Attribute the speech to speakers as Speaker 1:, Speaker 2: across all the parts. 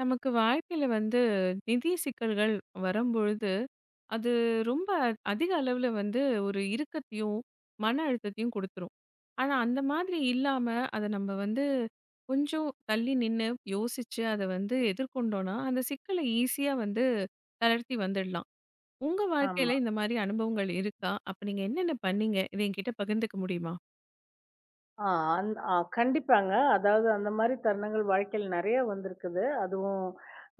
Speaker 1: நமக்கு வாழ்க்கையில வந்து நிதி சிக்கல்கள் வரும்பொழுது, அது ரொம்ப அதிக அளவுல வந்து ஒரு இறுக்கத்தையும், மன அழுத்தத்தையும் குடுத்துரும். ஆனா, அந்த மாதிரி இல்லாம அத நம்ம வந்து கொஞ்சம் தள்ளி நின்னு யோசிச்சு அத வந்து எதிர்கொண்டோம்னா, அந்த சிக்கல ஈஸியா வந்து தளர்த்தி வந்துடலாம். உங்க
Speaker 2: ஆமா.
Speaker 1: வாழ்க்கையில இந்த மாரி அனுபவங்கள் இருக்கா? அப்ப நீங்க என்னென்ன பண்ணீங்க? இத என்கிட்ட பகிர்ந்துக்க முடியுமா?
Speaker 2: ஆ அந் ஆ கண்டிப்பாங்க. அதாவது அந்த மாரி தருணங்கள் வாழ்க்கையில நெறைய வந்திருக்குது. அதுவும்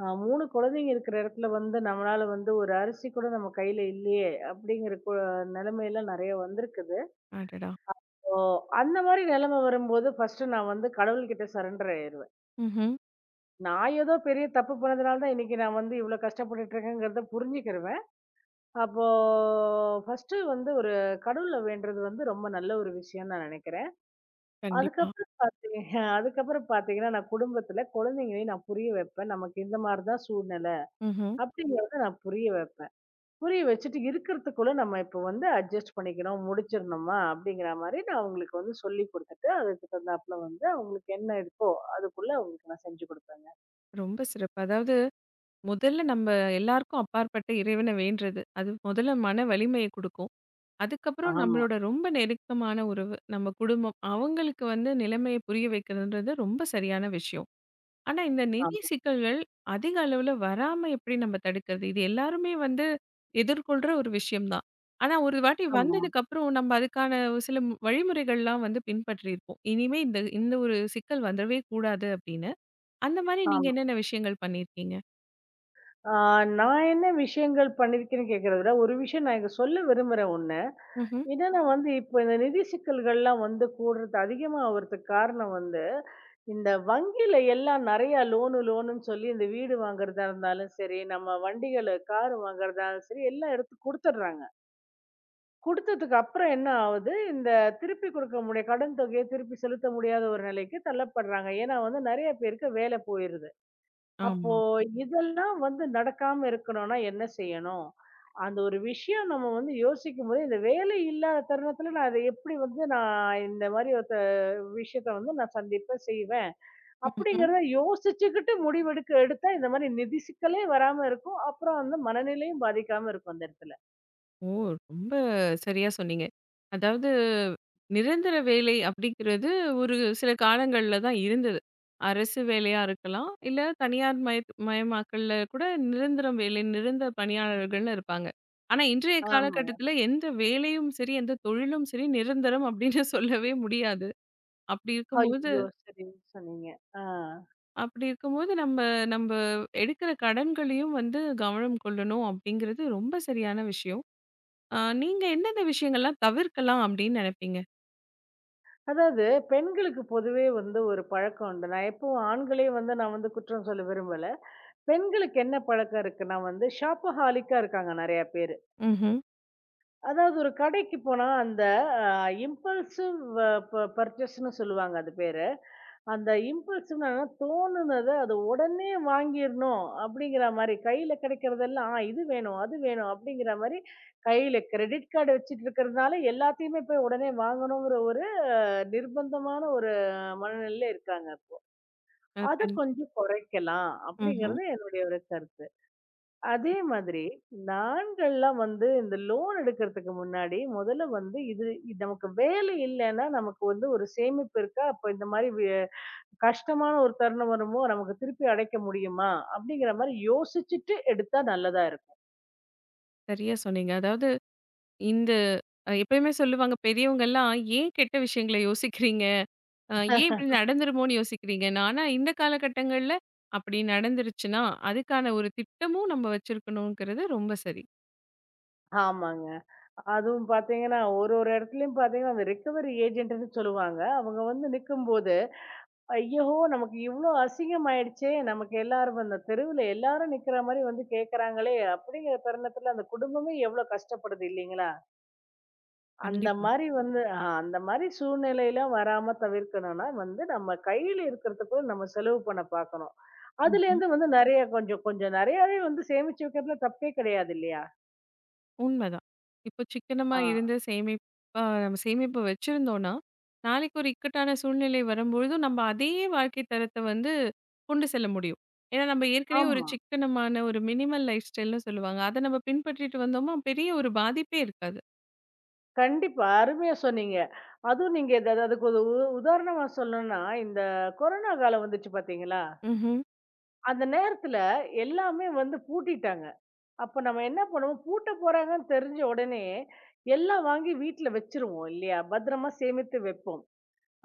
Speaker 2: 3 குழந்தைங்க இருக்கிற இடத்துல வந்து நம்மளால வந்து ஒரு அரிசி கூட நம்ம கையில இல்லையே! அப்படிங்கிற நிலைமையெல்லாம் நெறைய வந்திருக்குது.
Speaker 1: அடடா!
Speaker 2: ஓ! அந்த மாரி நிலைமை வரும்போது ஃபர்ஸ்ட்டு நான் வந்து கடவுள்கிட்ட சரண்டர் ஆயிருவேன்.
Speaker 1: ம்ஹ்ம்.
Speaker 2: நான் ஏதோ பெரிய தப்பு பண்ணதுனால தான் இன்னைக்கு நான் வந்து இவ்ளோ கஷ்டப்பட்டுட்டு இருக்கேங்கிறத புரிஞ்சுக்கிருவேன். அப்போ ஃபர்ஸ்ட்டு வந்து ஒரு கடவுள வேண்டுறது வந்து ரொம்ப நல்ல ஒரு விஷயம்னு நான் நினைக்கிறேன்.
Speaker 1: கண்டிப்பா.
Speaker 2: அதுக்கப்புறம் பாத்தீங்கன்னா, நான் குடும்பத்துல குழந்தைங்களையும் நான் புரிய வைப்பேன். நமக்கு இந்த மாரி தான் சூழ்நிலை
Speaker 1: ம்ஹ்ம்.
Speaker 2: அப்படிங்கிறத நான் புரிய வைப்பேன். புரிய வச்சுட்டு இருக்கிறதுக்குள்ள நம்ம இப்போ வந்து அட்ஜஸ்ட் பண்ணிக்கணும், முடிச்சிரணுமா அப்படிங்கிற மாரி நான் அவங்களுக்கு வந்து சொல்லிக் குடுத்துட்டு, அதுக்கு தகுந்தாப்புல வந்து அவங்களுக்கு என்ன இருக்கோ அதுக்குள்ள அவங்களுக்கு நான் செஞ்சு குடுப்பேங்க.
Speaker 1: ரொம்ப சிறப்பு. அதாவது முதல்ல நம்ம எல்லாருக்கும் அப்பாற்பட்ட இறைவன வேண்டுறது. அது முதல்ல மன வலிமைய குடுக்கும். அதுக்கப்புறம்
Speaker 2: ஆமா,
Speaker 1: நம்மளோட ரொம்ப நெருக்கமான உறவு, நம்ம குடும்பம், அவங்களுக்கு வந்து நிலைமைய புரிய வைக்கிறதுன்றது ரொம்ப சரியான விஷயம். ஆனா இந்த நிதி
Speaker 2: ஆமா,
Speaker 1: சிக்கல்கள் அதிக அளவுல வராம எப்படி நம்ம தடுக்கிறது? இது எல்லாருமே வந்து எதிர்கொள்ற ஒரு விஷயம் தான். ஆனா ஒரு வாட்டி
Speaker 2: ஆமா,
Speaker 1: வந்ததுக்கப்புறம் நம்ம அதுக்கான ஒரு சில வழிமுறைகள்லாம் வந்து பின்பற்றியிருப்போம். இனிமே இந்த இந்த ஒரு சிக்கல் வந்துடவே கூடாது அப்படின்னு. அந்த மாரி நீங்க
Speaker 2: ஆமா.
Speaker 1: என்னென்ன விஷயங்கள் பண்ணியிருக்கீங்க?
Speaker 2: ஆ நான் என்ன விஷயங்கள் பண்ணியிருக்கேன்னு கேட்கிறத விட, ஒரு விஷயம் நான் இங்க சொல்ல விரும்புறேன் ஒண்ணு.
Speaker 1: ம்ஹ்ம்.
Speaker 2: என்னன்னா வந்து இப்ப இந்த நிதி சிக்கல்கள்லாம் வந்து கூடுறது அதிகமா ஆகுறதுக்கு காரணம் வந்து இந்த வங்கியில எல்லாம் நிறைய லோனு லோனுன்னு சொல்லி இந்த வீடு வாங்குறதா இருந்தாலும் சரி நம்ம வண்டிகளை கார் வாங்குறதா இருந்தாலும் சரி எல்லாம் எடுத்து கொடுத்துட்றாங்க. கொடுத்ததுக்கு அப்புறம் என்ன ஆகுது இந்த திருப்பி கொடுக்க முடிய கடன் தொகையை திருப்பி செலுத்த முடியாத ஒரு நிலைக்கு தள்ளப்படுறாங்க. ஏன்னா வந்து நிறைய பேருக்கு வேலை போயிருது. அப்போ
Speaker 1: ஆமா.
Speaker 2: இதெல்லாம் வந்து நடக்காம இருக்கணும்னா என்ன செய்யணும்? அந்த ஒரு விஷயம் நம்ம வந்து யோசிக்கும்போது, இந்த வேலை இல்லாத தருணத்துல நான் அத எப்படி வந்து நான் இந்த மாரி ஒரு விஷயத்த வந்து நான் சந்திப்பேன், செய்வேன்.
Speaker 1: ம்ஹ்ம்.
Speaker 2: அப்படிங்கிறத யோசிச்சுக்கிட்டு முடிவெடுக்க எடுத்தா இந்த மாரி நிதி சிக்கலே வராம இருக்கும். அப்புறம் வந்து மனநிலையும் பாதிக்காம இருக்கும் அந்த இடத்துல.
Speaker 1: ஓ! ரொம்ப சரியா சொன்னீங்க. அதாவது நிரந்தர வேலை அப்படிங்கிறது ஒரு சில காலங்கள்ல தான் இருந்தது. அரசு வேலையா இருக்கலாம். இல்ல தனியார் மய மயமாக்கல்ல கூட நிரந்தரம் வேலை, நிரந்தர பணியாளர்கள்னு இருப்பாங்க. ஆனா இன்றைய
Speaker 2: ஆமாங்க.
Speaker 1: காலகட்டத்தில எந்த வேலையும் சரி, எந்த தொழிலும் சரி நிரந்தரம் அப்படின்னு சொல்லவே முடியாது. அப்படி இருக்கும்போது
Speaker 2: ஐயோ! சரின்னு சொன்னீங்க. ஆ.
Speaker 1: அப்படி இருக்கும்போது நம்ப எடுக்கிற கடன்களையும் வந்து கவனம் கொள்ளணும் அப்படிங்கிறது ரொம்ப சரியான விஷயம். ஆ நீங்க எந்தெந்த விஷயங்கள்லாம் தவிர்க்கலாம் அப்படின்னு நினைப்பீங்க?
Speaker 2: அதாவது பெண்களுக்கு பொதுவே வந்து ஒரு பழக்கம் உண்டு. நான் எப்பவும் ஆண்களே வந்து நான் வந்து குற்றம் சொல்ல விரும்பல. பெண்களுக்கு என்ன பழக்கம் இருக்குன்னா வந்து ஷாப்பஹாலிக்கா இருக்காங்க நிறைய பேரு.
Speaker 1: ம்ஹ்ம்.
Speaker 2: அதாவது ஒரு கடைக்கு போனா அந்த அ இம்பல்சிவ் பர்ச்சேஸ்ன்னு சொல்லுவாங்க அது பேரு. அந்த இம்பல்சிவ்னா தோணுனத அது உடனே வாங்கிரணும் அப்படிங்கிற மாரி கையில கிடைக்கிறதெல்லாம் இது வேணும், அது வேணும் அப்படிங்கிற மாரி கையில கிரெடிட் கார்டு வச்சுட்டு இருக்கிறதுனால எல்லாத்தையுமே போய் உடனே வாங்கணுங்கிற ஒரு நிர்பந்தமான ஒரு மனநிலையில இருக்காங்க.
Speaker 1: அ
Speaker 2: அத
Speaker 1: கண்
Speaker 2: கொஞ்சம் குறைக்கலாம்
Speaker 1: ம்ஹ்ம்.
Speaker 2: அப்படிங்கிறது என்னுடைய ஒரு கருத்து. அதே மாதிரி நாண்கள்லாம் வந்து இந்த லோன் எடுக்கிறதுக்கு முன்னாடி முதல்ல வந்து இது இது நமக்கு வேலை இல்லைன்னா நமக்கு வந்து ஒரு சேமிப்பு இருக்கா, அப்போ இந்த மாதிரி கஷ்டமான ஒரு தருணம் வருமோ, நமக்கு திருப்பி அடைக்க முடியுமா அப்படிங்கிற மாதிரி யோசிச்சுட்டு எடுத்தா நல்லதா இருக்கும்.
Speaker 1: சரியா சொன்னீங்க. அதாவது இந்த எப்பயுமே சொல்லுவாங்க பெரியவங்கலாம், "ஏன் கெட்ட விஷயங்கள யோசிக்கிறீங்க? அ ஏன் இப்படி நடந்துருமோன்னு யோசிக்கிறீங்கன்னு." ஆனா இந்த காலகட்டங்கள்ல அப்படி நடந்துருச்சுன்னா, அதுக்கான ஒரு திட்டமும் நம்ம வச்சிருக்கணுங்கிறது ரொம்ப சரி.
Speaker 2: ஆமாங்க. அதுவும் பாத்தீங்கன்னா ஒரு ஒரு இடத்துலயும் பாத்தீங்கன்னா அந்த ரிகவரி ஏஜென்ட்னு சொல்லுவாங்க, அவங்க வந்து நிற்கும். ஐயோ! நமக்கு இவ்ளோ அசிங்கமாயிடுச்சே! நமக்கு எல்லாரும் அந்த தெருவுல எல்லாரும் நிக்கிற மாரி வந்து கேட்கறாங்களே! அப்படிங்கிற தருணத்துல அந்த குடும்பமே எவ்ளோ கஷ்டப்படுது இல்லைங்களா? அந்த
Speaker 1: கண்டிப்பா.
Speaker 2: மாரி வந்து அந்த மாரி சூழ்நிலையெல்லாம் வராம தவிர்க்கணும்னா வந்து நம்ம கையில இருக்கிறதுக்குள்ள நம்ம செலவு பண்ண பார்க்கணும்.
Speaker 1: ம்ஹ்ம்.
Speaker 2: அதுலேருந்து வந்து நெறைய கொஞ்சம் கொஞ்சம் நெறையாவே வந்து சேமிச்சு வைக்கிறதுல தப்பே கிடையாது இல்லையா?
Speaker 1: உண்மதான். இப்போ சிக்கனமா
Speaker 2: ஆ,
Speaker 1: இருந்து சேமிப்பா நம்ம சேமிப்பு வச்சிருந்தோம்னா, நாளைக்கு ஒரு இக்கட்டான சூழ்நிலை வரும்பொழுதும் நம்ம அதே வாழ்க்கை தரத்த வந்து கொண்டு செல்ல முடியும். ஏன்னா நம்ம ஏற்கனவே ஒரு
Speaker 2: ஆமா.
Speaker 1: சிக்கனமான ஒரு மினிமல் லைஃப் ஸ்டைல்ன்னு சொல்லுவாங்க. அத நம்ம பின்பற்றிட்டு வந்தோமா பெரிய ஒரு பாதிப்பே இருக்காது.
Speaker 2: கண்டிப்பா. அருமையா சொன்னீங்க. அதுவும் நீங்க இது- அது அதுக்கு ஒரு உதாரணமா சொல்லணும்னா, இந்த கொரோனா காலம் வந்துச்சு பார்த்தீங்களா?
Speaker 1: ம்ஹ்ம்.
Speaker 2: அந்த நேரத்துல எல்லாமே வந்து பூட்டிட்டாங்க. அப்ப நம்ம என்ன பண்ணுவோம், பூட்ட போறாங்கன்னு தெரிஞ்ச உடனே, எல்லாம் வாங்கி வீட்ல வச்சுருவோம் இல்லையா? பத்திரமா சேமித்து வைப்போம்.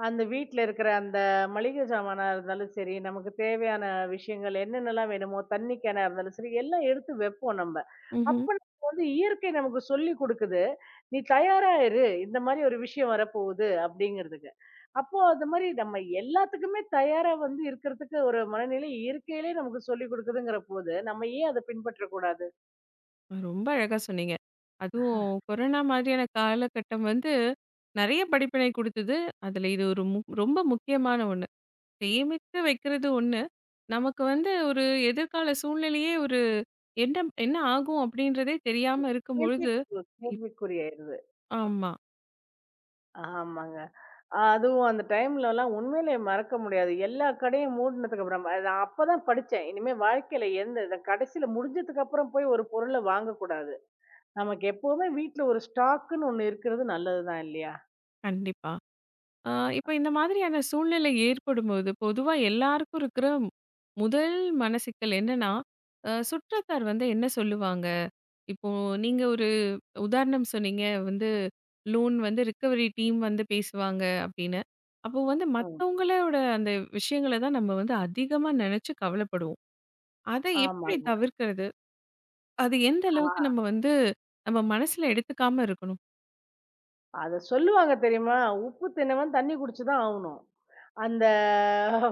Speaker 2: அந்த வீட்ல இருக்கிற அந்த மளிகை சாமானா இருந்தாலும் சரி, நமக்கு தேவையான விஷயங்கள் என்னென்னலாம் வேணுமோ, தண்ணி கேனா இருந்தாலும் சரி, எல்லாம் எடுத்து வைப்போம் நம்ம.
Speaker 1: ம்ஹ்ம்.
Speaker 2: அப்ப நமக்கு வந்து இயற்கை நமக்கு சொல்லிக் குடுக்குது. "நீ தயாரா இரு. இந்த மாரி ஒரு விஷயம் வரப்போகுது." அப்படிங்கிறதுக்கு. அப்போ அது மாரி நம்ம எல்லாத்துக்குமே தயாரா வந்து இருக்கிறதுக்கு ஒரு மனநிலை இயற்கையிலே நமக்கு சொல்லிக் குடுக்குதுங்கிற போது, நம்ம ஏன் அத பின்பற்றக்கூடாது?
Speaker 1: ரொம்ப அழகா சொன்னீங்க. அதுவும் கொரோனா மாதிரியான காலகட்டம் வந்து நெறைய படிப்பினை குடுத்தது. அதுல இது ஒரு ரொம்ப முக்கியமான ஒண்ணு. சேமித்து வைக்கிறது ஒண்ணு. நமக்கு வந்து ஒரு எதிர்கால சூழ்நிலையே ஒரு என்ன என்ன ஆகும் அப்படின்றதே தெரியாம இருக்கும்பொழுது இப்
Speaker 2: கேள்விக்குறியாயிருது.
Speaker 1: ஆமா.
Speaker 2: ஆமாங்க. அதுவும் அந்த டைம்லலாம் உண்மையிலேயே மறக்க முடியாது. எல்லா கடையும் மூடுனதுக்கு அப்புறம் அது நான் அப்பதான் படிச்சேன். இனிமே வாழ்க்கையில எந்த இத கடைசியில முடிஞ்சதுக்கு அப்புறம் போய் ஒரு பொருள வாங்கக்கூடாது. நமக்கு எப்பவுமே வீட்ல ஒரு ஸ்டாக்குன்னு ஒண்ணு இருக்கிறது நல்லதுதான் இல்லையா?
Speaker 1: கண்டிப்பா. அ இப்ப இந்த மாதிரியான சூழ்நிலை ஏற்படும்போது, பொதுவா எல்லாருக்கும் இருக்கிற முதல் மனசிக்கல் என்னன்னா, சுற்றத்தார் வந்து என்ன சொல்லுவாங்க? இப்போ நீங்க ஒரு உதாரணம் சொன்னீங்க வந்து, லோன் வந்து ரிகவரி டீம் வந்து பேசுவாங்க அப்படின்னு. அப்போ வந்து
Speaker 2: ம்.
Speaker 1: மத்தவங்களோட அந்த விஷயங்கள தான் நம்ம வந்து அதிகமா நெனச்சு கவலைப்படுவோம். அத எப்படி
Speaker 2: ஆமாங்க.
Speaker 1: தவிர்க்கிறது? அது எந்த
Speaker 2: ஆ
Speaker 1: அளவுக்கு நம்ம வந்து நம்ம மனசுல எடுத்துக்காம இருக்கணும்?
Speaker 2: அத சொல்லுவாங்க தெரியுமா? உப்பு தின்னவன் தண்ணி குடிச்சு தான் ஆவணும். அந்த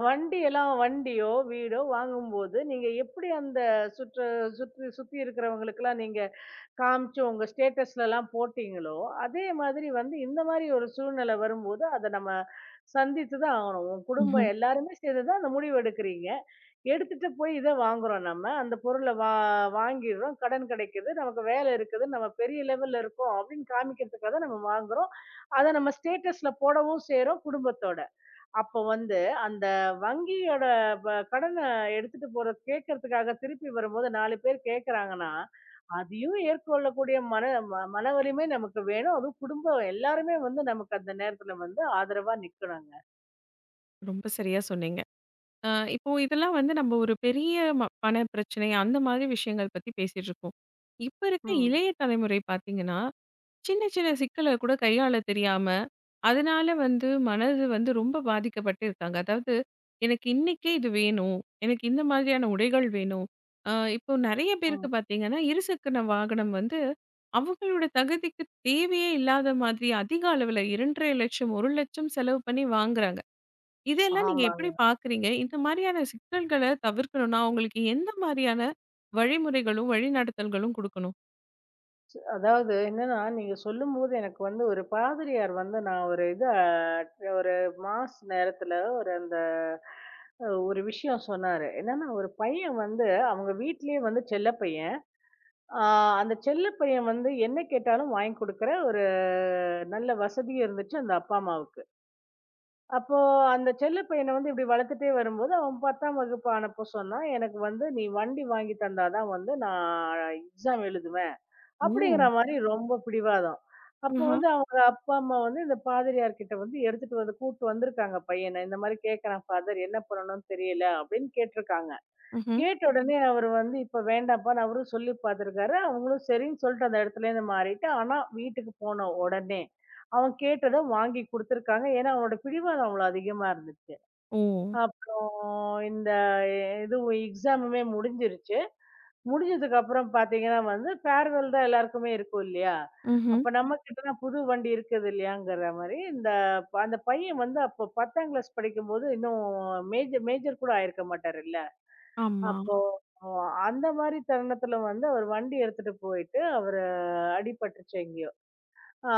Speaker 2: வண்டியோ, வீடோ வாங்கும்போது நீங்க எப்படி அந்த சுற்று சுற்றி சுத்தி இருக்கிறவங்களுக்கெல்லாம் நீங்க காமிச்சு உங்க ஸ்டேட்டஸ்லலாம் போட்டீங்களோ, அதே மாதிரி வந்து இந்த மாரி ஒரு சூழ்நிலை வரும்போது, அத நம்ம சந்தித்து தான் ஆகணும். உன்
Speaker 1: ம்ஹ்ம்.
Speaker 2: குடும்பம் எல்லாருமே சேர்ந்து தான் அந்த முடிவு எடுக்கிறீங்க. எடுத்துட்டு போய் இத வாங்குறோம் நம்ம. அந்த பொருள வாங்கிர்றோம். கடன் கிடைக்குது. நமக்கு வேலை இருக்குது. நம்ம பெரிய லெவல்ல இருக்கோம் அப்படின்னு காமிக்கிறதுக்காக தான் நம்ம வாங்குறோம். அத நம்ம ஸ்டேட்டஸ்ல போடவும் செய்றோம் குடும்பத்தோட. அப்போ வந்து அந்த வங்கியோட வ கடன எடுத்துட்டு போற கேட்கறதுக்காக திருப்பி வரும்போது 4 பேர் கேட்கறாங்கன்னா, அதையும் ஏற்கொள்ளக்கூடிய மன ம மனவலிமை நமக்கு வேணும். அதுவும் குடும்பம் எல்லாருமே வந்து நமக்கு அந்த நேரத்துல வந்து ஆதரவா நிக்கணுங்க.
Speaker 1: ரொம்ப சரியா சொன்னீங்க. அ இப்போ இதெல்லாம் வந்து நம்ம ஒரு பெரிய பண பிரச்சனை அந்த மாதிரி விஷயங்கள் பத்தி பேசிட்டு இருக்கோம். இப்ப இருக்க
Speaker 2: ம்.
Speaker 1: இளைய தலைமுறை பார்த்தீங்கன்னா, சின்ன சின்ன சிக்கல கூட கையாள தெரியாம, அதனால வந்து மனது வந்து ரொம்ப பாதிக்கப்பட்டு இருக்காங்க. அதாவது எனக்கு இன்னைக்கே இது வேணும். எனக்கு இந்த மாதிரியான உடைகள் வேணும். அ இப்போ நெறைய
Speaker 2: ம்.
Speaker 1: பேருக்கு பார்த்தீங்கன்னா, இருசக்கர வாகனம் வந்து அவங்களோட தகுதிக்கு தேவையே இல்லாத மாதிரி அதிக அளவுல 2,50,000 1,00,000 செலவு பண்ணி வாங்குறாங்க. இதெல்லாம் நீங்க எப்படி
Speaker 2: ஆமாங்க.
Speaker 1: பார்க்குறீங்க? இந்த மாதிரியான சிக்கல்கள தவிர்க்கணும்னா, அவங்களுக்கு எந்த மாதிரியான வழிமுறைகளும், வழிநடத்தல்களும் குடுக்கணும்?
Speaker 2: அதாவது என்னன்னா, நீங்க சொல்லும்போது எனக்கு வந்து ஒரு பாதிரியார் வந்து நான் ஒரு மாஸ் நேரத்துல ஒரு அந்த அ ஒரு விஷயம் சொன்னாரு. என்னன்னா, ஒரு பையன் வந்து அவங்க வீட்லயே வந்து செல்ல பையன். ஆ, அந்த செல்ல பையன் வந்து என்ன கேட்டாலும் வாங்கி குடுக்குற ஒரு நல்ல வசதியும் இருந்துச்சு அந்த அப்பா அம்மாவுக்கு. அப்போ அந்த செல்ல பையன வந்து இப்படி வளர்த்துட்டே வரும்போது, அவன் 10ஆம் வகுப்பு ஆனப்போ சொன்னான், "எனக்கு வந்து நீ வண்டி வாங்கி தந்தா தான் வந்து நான் எக்ஸாம் எழுதுவேன்."
Speaker 1: ஓ!
Speaker 2: அப்படிங்கிற மாரி ரொம்ப பிடிவாதம். அப்போ
Speaker 1: ஆஹா.
Speaker 2: வந்து அவங்க அப்பா அம்மா வந்து இந்த பாதிரியார் கிட்ட வந்து எடுத்துட்டு வந்து கூட்டு வந்திருக்காங்க பையன. இந்த மாரி கேட்கறான் ஃபாதர், என்ன பண்ணணும்னு தெரியல அப்படின்னு கேட்டிருக்காங்க.
Speaker 1: ம்ஹ்ம்.
Speaker 2: கேட்ட உடனே அவரு வந்து, "இப்ப வேண்டாம்ப்பான்னு" அவரும் சொல்லி பார்த்துருக்காரு. அவங்களும் சரின்னு சொல்லிட்டு அந்த இடத்துலேருந்து மாறிட்டு, ஆனா வீட்டுக்கு போன உடனே, அவன் கேட்டத வாங்கி குடுத்துருக்காங்க. ஏன்னா, அவனோட பிடிவாதம் அவ்வளோ அதிகமா இருந்துச்சு.
Speaker 1: ஓ!
Speaker 2: அப்புறம் இந்த இதுவும் எக்ஸாமுமே முடிஞ்சிருச்சு. முடிஞ்சதுக்கப்புறம் பார்த்தீங்கன்னா வந்து, ஃபேர்வெல் தான் எல்லாருக்குமே இருக்கும் இல்லையா?
Speaker 1: ம்ஹ்ம்.
Speaker 2: அப்ப நம்மகிட்ட தான் புது வண்டி இருக்குது இல்லையாங்கிற மாரி, இந்த அந்த பையன் வந்து அப்போ 10ஆம் கிளாஸ் படிக்கும்போது, இன்னும் மேஜர் மேஜர் கூட ஆயிருக்க மாட்டாரு இல்ல.
Speaker 1: ஆமா.
Speaker 2: அப்போ அ அந்த மாரி தருணத்துல வந்து அவர் வண்டி எடுத்துட்டு போயிட்டு, அவரு அடிபட்டுருச்சு எங்கேயோ! ஆ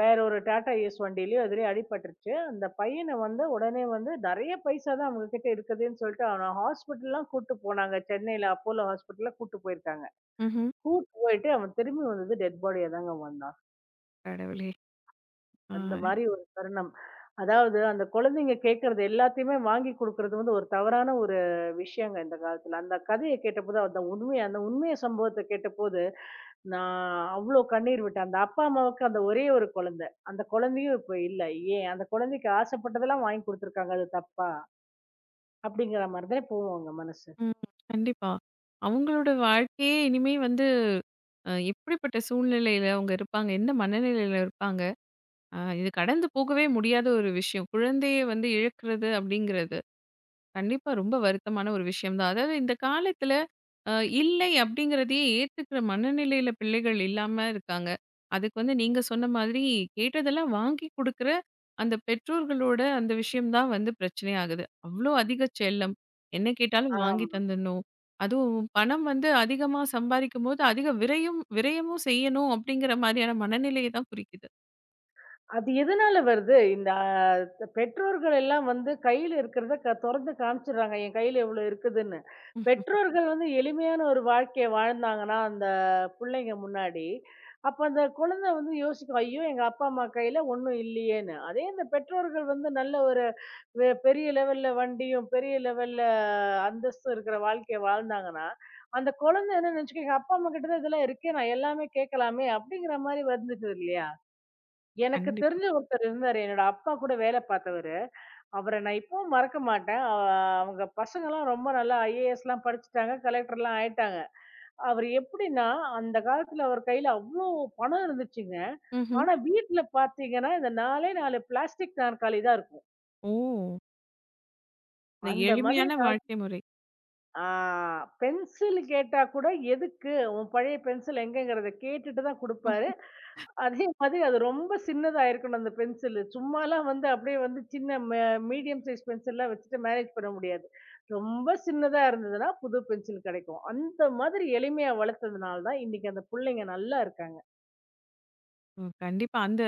Speaker 2: வேற ஒரு டாடா ஏஸ் வண்டியிலயோ எதுலயோ அடிபட்டுருச்சு. அந்த பையன வந்து உடனே வந்து நெறைய பைசா தான் அவங்க கிட்ட இருக்குதுன்னு சொல்லிட்டு, அவன ஹாஸ்பிட்டல்லாம் கூட்டு போனாங்க. சென்னையில அப்போலோ ஹாஸ்பிட்டல்ல கூட்டு போயிருக்காங்க.
Speaker 1: ம்ஹ்ம்.
Speaker 2: கூட்டு போயிட்டு அவன் திரும்பி வந்தது டெட் பாடியா தாங்க வந்தான்.
Speaker 1: கடவுளே!
Speaker 2: அந்த
Speaker 1: ஆ.
Speaker 2: மாரி ஒரு தருணம். அதாவது அந்த குழந்தைங்க கேட்கறது எல்லாத்தையுமே வாங்கி குடுக்கறது வந்து ஒரு தவறான ஒரு விஷயங்க இந்த காலத்துல. அந்த கதைய கேட்டபோது அந்த உண்மைய சம்பவத்த கேட்டபோது, நான் அவ்ளோ கண்ணீர் விட்டேன். அந்த அப்பா, அம்மாவுக்கு அந்த ஒரே ஒரு குழந்தை. அந்த குழந்தையும் இப்ப இல்ல. ஏன் அந்த குழந்தைக்கு ஆசைப்பட்டதெல்லாம் வாங்கி குடுத்துருக்காங்க. அது தப்பா? அப்படிங்கிற மாரி தானே போவும் அவங்க மனசு.
Speaker 1: ம். கண்டிப்பா. அவங்களோட வாழ்க்கையே இனிமே வந்து எப்படிப்பட்ட சூழ்நிலையில அவங்க இருப்பாங்க? எந்த மனநிலையில இருப்பாங்க? இது கடந்து போகவே முடியாத ஒரு விஷயம். குழந்தையை வந்து இழக்கிறது அப்படிங்கிறது. கண்டிப்பா ரொம்ப வருத்தமான ஒரு விஷயம் தான். அதாவது இந்த காலத்தில அ இல்லை அப்படிங்கிறதையே ஏத்துக்கிற மனநிலையில பிள்ளைகள் இல்லாம இருக்காங்க. அதுக்கு வந்து நீங்க சொன்ன மாதிரி கேட்டதெல்லாம் வாங்கி குடுக்குற அந்த பெற்றோர்களோட அந்த விஷயம் தான் வந்து பிரச்சனையாகுது. அவ்ளோ அதிக செல்லம். என்ன கேட்டாலும் வாங்கி
Speaker 2: ஆமா.
Speaker 1: தந்துடணும். அதுவும் பணம் வந்து அதிகமா சம்பாரிக்கும்போது அதிக விரையும் விரயமும் செய்யணும் அப்படிங்கிற மாதிரியான மனநிலையை தான் குறிக்குது.
Speaker 2: அது எதனால வருது? இந்த பெற்றோர்கள் எல்லாம் வந்து கையில இருக்கிறத தொறந்து காமிச்சுடுறாங்க. என் கையில இவ்வளோ இருக்குதுன்னு.
Speaker 1: ம்.
Speaker 2: பெற்றோர்கள் வந்து எளிமையான ஒரு வாழ்க்கைய வாழ்ந்தாங்கன்னா, அந்த புள்ளைங்க முன்னாடி, அப்ப அந்த குழந்தை வந்து யோசிக்கும், "ஐயோ! எங்க அப்பா, அம்மா கையில ஒண்ணும் இல்லையேன்னு." அதே இந்த பெற்றோர்கள் வந்து நல்ல ஒரு பெரிய லெவல்ல வண்டியும், பெரிய லெவல்ல அந்தஸ்தும் இருக்கிற வாழ்க்கைய வாழ்ந்தாங்கன்னா, அந்த குழந்தை என்ன நினைச்சுக்கும், "எங்க அப்பா, அம்மா கிட்ட தான் இதெல்லாம் இருக்கே, நான் எல்லாமே கேட்கலாமே." அப்படிங்கிற மாரி வந்துடுது இல்லையா? எனக்கு
Speaker 1: கண்டிப்பா.
Speaker 2: தெரிஞ்ச ஒருத்தர் இருந்தாரு. என்னோட அப்பா கூட வேலை பார்த்தவரு. அவர நான் இப்பவும் மறக்க மாட்டேன். அவங்க பசங்கலாம் ரொம்ப நல்லா ஐஏஎஸ்லாம் படிச்சுட்டாங்க. கலெக்டர்லாம் ஆயிட்டாங்க. அவரு எப்படின்னா, அந்த காலத்துல அவர் கையில அவ்ளோ பணம் இருந்துச்சுங்க.
Speaker 1: ம்ஹ்ம்.
Speaker 2: ஆனா வீட்ல பார்த்தீங்கன்னா, இந்த 4ஏ 4 பிளாஸ்டிக் நாற்காலி தான் இருக்கும்.
Speaker 1: ஓ! இந்த
Speaker 2: அந்த மாதிரி
Speaker 1: எளிமையான
Speaker 2: நாற்
Speaker 1: வாழ்க்கை முறை.
Speaker 2: ஆ பென்சில் கேட்டா கூட, "எதுக்கு? உன் பழைய பென்சில் எங்கங்கிறத கேட்டுட்டு தான் குடுப்பாரு. அதே மாதிரி அது ரொம்ப சின்னதா இருக்கணும் அந்த பென்சிலு. சும்மாலாம் வந்து அப்படியே வந்து சின்ன மெ மீடியம் சைஸ் பென்சில்லாம் வச்சுட்டு மேனேஜ் பண்ண முடியாது. ரொம்ப சின்னதா இருந்ததுன்னா, புது பென்சில் கிடைக்கும். அந்த மாதிரி எளிமையா வளர்த்ததுனால தான் இன்னைக்கு அந்த புள்ளைங்க நல்லா இருக்காங்க.
Speaker 1: ம். கண்டிப்பா. அந்த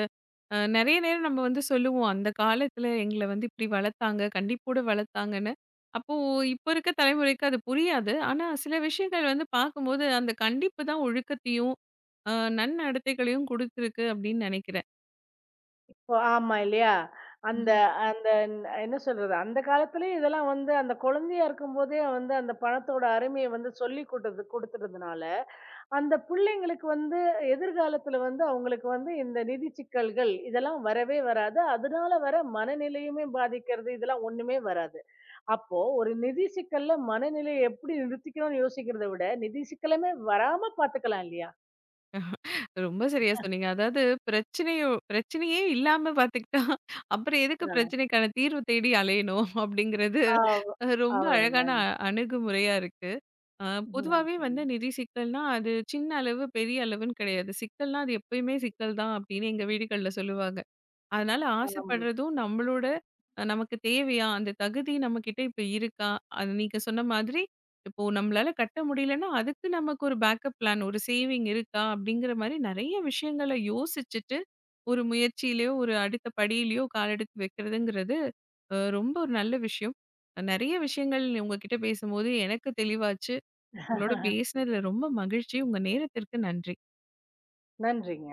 Speaker 1: நெறைய நேரம் நம்ம வந்து சொல்லுவோம். அந்த காலத்துல எங்கள வந்து இப்டி வளர்த்தாங்க. கண்டிப்போட வளர்த்தாங்கன்னு. அப்போ இப்ப இருக்க தலைமுறைக்கு அது புரியாது. ஆனா சில விஷயங்கள் வந்து பார்க்கும்போது, அந்த கண்டிப்பு தான் ஒழுக்கத்தையும், அ நன்னடத்தைகளையும் குடுத்துருக்கு அப்டின்னு நெனைக்கிறேன்.
Speaker 2: இப்போ ஆமா இல்லையா? அந்த
Speaker 1: ம்ஹ்ம்.
Speaker 2: அந்த ந- என்ன சொல்றது? அந்த காலத்திலேயே இதெல்லாம் வந்து அந்த குழந்தையா இருக்கும்போதே வந்து அந்த பணத்தோட அருமைய வந்து சொல்லிக் குடுத்துறதுனால அந்த பிள்ளைங்களுக்கு வந்து எதிர்காலத்துல வந்து அவங்களுக்கு வந்து இந்த நிதி சிக்கல்கள் இதெல்லாம் வரவே வராது. அதனால வர மனநிலையுமே பாதிக்கிறது இதெல்லாம் ஒண்ணுமே வராது. அப்போ ஒரு நிதி சிக்கல்ல மனநிலையை எப்படி நிறுத்திக்கணும்னு யோசிக்கிறத விட, நிதி சிக்கலமே வராம பாத்துக்கலாம் இல்லையா?
Speaker 1: ரொம்ப சரியா சொன்னீங்க. அதாவது பிரச்சனையோ பிரச்சனையே இல்லாம பார்த்துக்கிட்டா, அப்புறம் எதுக்கு
Speaker 2: ஆ.
Speaker 1: பிரச்சனைக்கான தீர்வு தேடி அலையணும்? அப்டிங்கிறது
Speaker 2: ஆ.
Speaker 1: ரொம்ப அழகான
Speaker 2: அவ்வளோதாங்க.
Speaker 1: அணுகுமுறையா இருக்கு. அ பொதுவாவே
Speaker 2: நன்றிங்க.
Speaker 1: வந்து நிதி சிக்கல்னா, அது சின்ன அளவு, பெரிய அளவுன்னு கிடையாது. சிக்கல்னா அது எப்பயுமே சிக்கல் தான் அப்படின்னு எங்க வீடுகள்ல சொல்லுவாங்க. அதனால
Speaker 2: ஆமா.
Speaker 1: ஆசைப்படுறதும் நம்மளோட நமக்கு தேவையா? அந்த தகுதி நம்மகிட்ட இப்ப இருக்கா? அது நீங்க சொன்ன மாதிரி இப்போ நம்மளால கட்ட முடியலன்னா, அதுக்கு நமக்கு ஒரு பேக்கப் பிளான், ஒரு சேவிங் இருக்கா? அப்படிங்கிற மாரி நெறைய விஷயங்கள யோசிச்சுட்டு, ஒரு முயற்சியிலயோ, ஒரு அடுத்த படியிலயோ கால் எடுத்து வைக்கிறதுங்கிறது ரொம்ப ஒரு நல்ல விஷயம். நெறைய விஷயங்கள் உங்ககிட்ட பேசும்போது எனக்கு தெளிவாச்சு. உங்களோட பேசினதுல ரொம்ப மகிழ்ச்சி. உங்க நேரத்திற்கு நன்றி.
Speaker 2: நன்றிங்க.